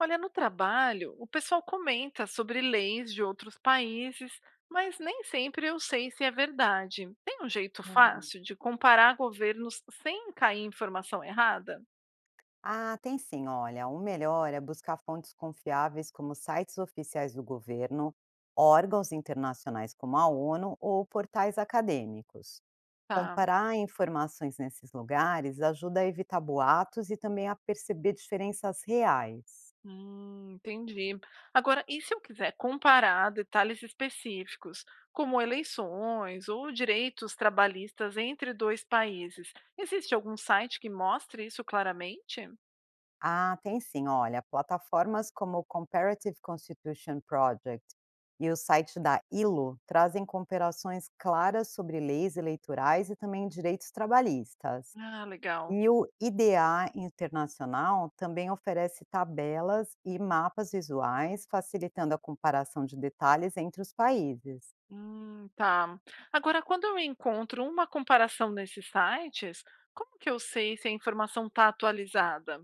Olha, no trabalho, o pessoal comenta sobre leis de outros países, mas nem sempre eu sei se é verdade. Tem um jeito Uhum. fácil de comparar governos sem cair em informação errada? Ah, tem sim, olha, o melhor é buscar fontes confiáveis como sites oficiais do governo, órgãos internacionais como a ONU ou portais acadêmicos. Tá. Comparar informações nesses lugares ajuda a evitar boatos e também a perceber diferenças reais. Hum, entendi. Agora, e se eu quiser comparar detalhes específicos, como eleições ou direitos trabalhistas entre dois países? Existe algum site que mostre isso claramente? Ah, tem sim. Olha, plataformas como o Comparative Constitution Project e o site da ILO trazem comparações claras sobre leis eleitorais e também direitos trabalhistas. Ah, legal. E o IDA Internacional também oferece tabelas e mapas visuais, facilitando a comparação de detalhes entre os países. Tá. Agora, quando eu encontro uma comparação nesses sites, como que eu sei se a informação está atualizada?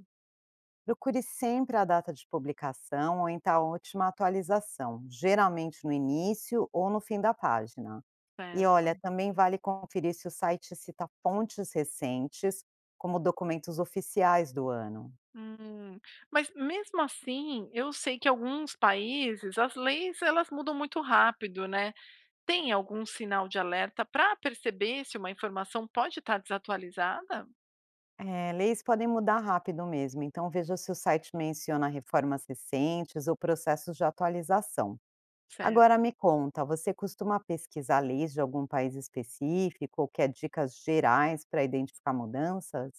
Procure sempre a data de publicação ou então a última atualização, geralmente no início ou no fim da página. E Certo. olha, também vale conferir se o site cita fontes recentes, como documentos oficiais do ano. Hum, mas mesmo assim, eu sei que alguns países, as leis, elas mudam muito rápido, né? Tem algum sinal de alerta para perceber se uma informação pode estar desatualizada? É, leis podem mudar rápido mesmo, então veja se o site menciona reformas recentes ou processos de atualização. Certo. Agora me conta, você costuma pesquisar leis de algum país específico ou quer dicas gerais para identificar mudanças?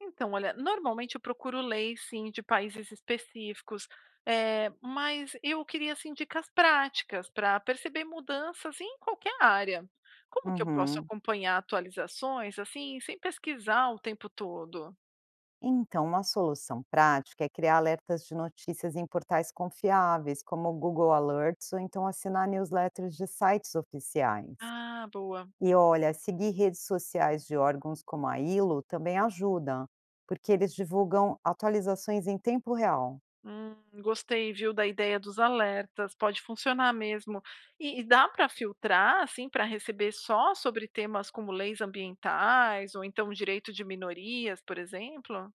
Então, olha, normalmente eu procuro leis, sim, de países específicos, mas eu queria, assim, dicas práticas para perceber mudanças em qualquer área. Como que eu posso Uhum. acompanhar atualizações, assim, sem pesquisar o tempo todo? Então, uma solução prática é criar alertas de notícias em portais confiáveis, como o Google Alerts, ou então assinar newsletters de sites oficiais. Ah, boa. E olha, seguir redes sociais de órgãos como a ILO também ajuda, porque eles divulgam atualizações em tempo real. Hum, gostei, viu, da ideia dos alertas, pode funcionar mesmo. E dá para filtrar, assim, para receber só sobre temas como leis ambientais ou então direito de minorias, por exemplo?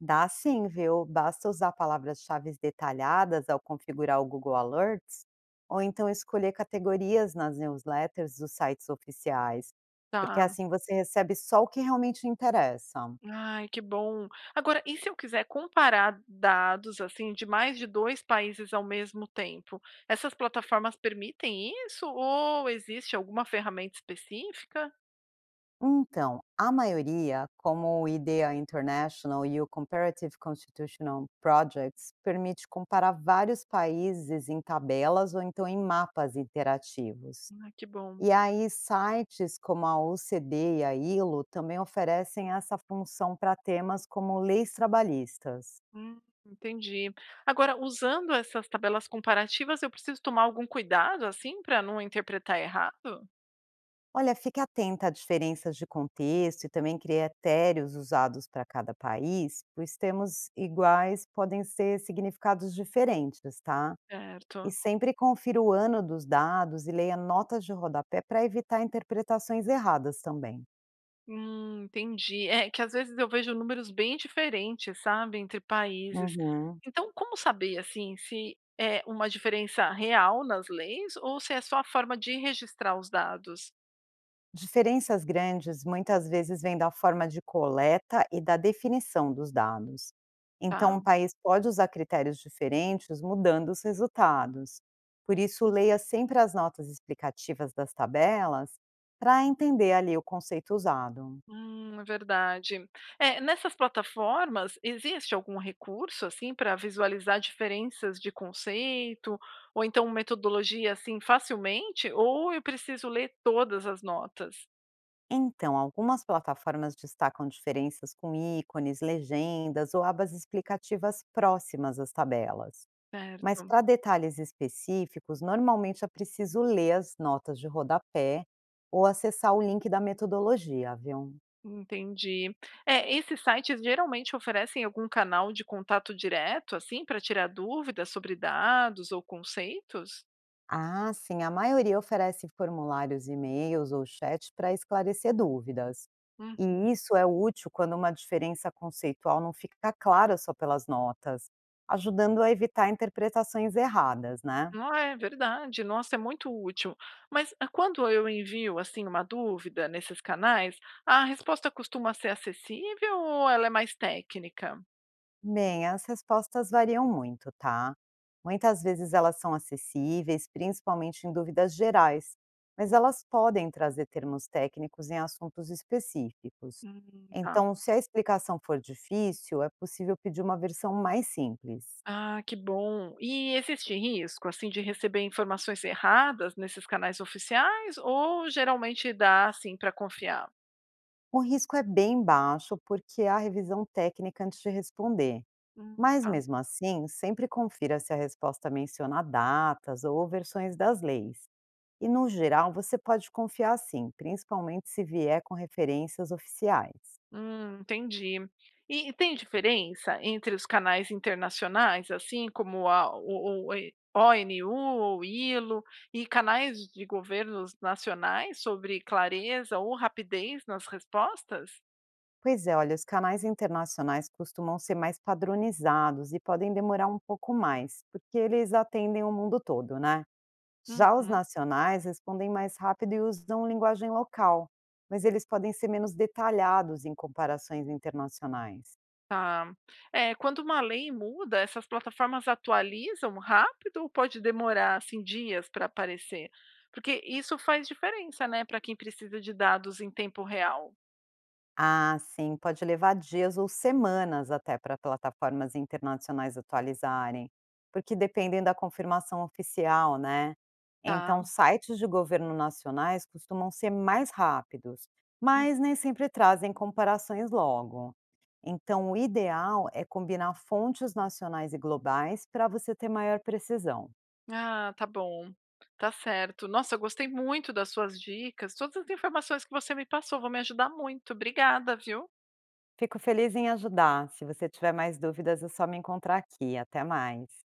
Dá sim, viu? Basta usar palavras-chave detalhadas ao configurar o Google Alerts, ou então escolher categorias nas newsletters dos sites oficiais, porque Tá. assim você recebe só o que realmente interessa. Ai, que bom. Agora, e se eu quiser comparar dados, assim, de mais de 2 países ao mesmo tempo? Essas plataformas permitem isso ou existe alguma ferramenta específica? Então, a maioria, como o IDEA International e o Comparative Constitutional Projects, permite comparar vários países em tabelas ou então em mapas interativos. Ah, que bom. E aí sites como a OCDE e a ILO também oferecem essa função para temas como leis trabalhistas. Entendi. Agora, usando essas tabelas comparativas, eu preciso tomar algum cuidado, assim, para não interpretar errado? Olha, fique atenta a diferenças de contexto e também critérios usados para cada país, pois termos iguais podem ser significados diferentes, tá? E Certo. sempre confira o ano dos dados e leia notas de rodapé para evitar interpretações erradas também. Entendi. É que às vezes eu vejo números bem diferentes, sabe, entre países. Uhum. Então, como saber, assim, se é uma diferença real nas leis ou se é só a forma de registrar os dados? Diferenças grandes muitas vezes vêm da forma de coleta e da definição dos dados. Então, um Tá. país pode usar critérios diferentes, mudando os resultados. Por isso, leia sempre as notas explicativas das tabelas para entender ali o conceito usado. É verdade. É, nessas plataformas, existe algum recurso, assim, para visualizar diferenças de conceito ou então metodologia, assim, facilmente? Ou eu preciso ler todas as notas? Então, algumas plataformas destacam diferenças com ícones, legendas ou abas explicativas próximas às tabelas. Certo. Mas para detalhes específicos, normalmente é preciso ler as notas de rodapé ou acessar o link da metodologia, viu? Entendi. É, esses sites geralmente oferecem algum canal de contato direto, assim, para tirar dúvidas sobre dados ou conceitos? Ah, sim, a maioria oferece formulários, e-mails ou chat para esclarecer dúvidas. Hum. E isso é útil quando uma diferença conceitual não fica clara só pelas notas, ajudando a evitar interpretações erradas, né? Não é verdade. Nossa, é muito útil. Mas ah, quando eu envio, assim, uma dúvida nesses canais, a resposta costuma ser acessível ou ela é mais técnica? Bem, as respostas variam muito, tá? Muitas vezes elas são acessíveis, principalmente em dúvidas gerais, mas elas podem trazer termos técnicos em assuntos específicos. Tá. Então, se a explicação for difícil, é possível pedir uma versão mais simples. Ah, que bom. E existe risco, assim, de receber informações erradas nesses canais oficiais ou geralmente dá, assim, para confiar? O risco é bem baixo porque há revisão técnica antes de responder, mas Tá. mesmo assim, sempre confira se a resposta menciona datas ou versões das leis. E no geral, você pode confiar sim, principalmente se vier com referências oficiais. Entendi. E tem diferença entre os canais internacionais, assim como a o e ONU ou ILO e canais de governos nacionais sobre clareza ou rapidez nas respostas? Pois é, olha, os canais internacionais costumam ser mais padronizados e podem demorar um pouco mais, porque eles atendem o mundo todo, né? Já os Uhum, nacionais respondem mais rápido e usam linguagem local, mas eles podem ser menos detalhados em comparações internacionais. tá. É, quando uma lei muda, essas plataformas atualizam rápido ou pode demorar, assim, dias para aparecer? Porque isso faz diferença, né, para quem precisa de dados em tempo real. Ah, sim, pode levar dias ou semanas até para plataformas internacionais atualizarem, porque dependem da confirmação oficial, né? Tá. Então, sites de governo nacionais costumam ser mais rápidos, mas nem sempre trazem comparações logo. Então, o ideal é combinar fontes nacionais e globais para você ter maior precisão. Ah, tá bom. Tá certo. Nossa, eu gostei muito das suas dicas. Todas as informações que você me passou vão me ajudar muito. Obrigada, viu? Fico feliz em ajudar. Se você tiver mais dúvidas, é só me encontrar aqui. Até mais.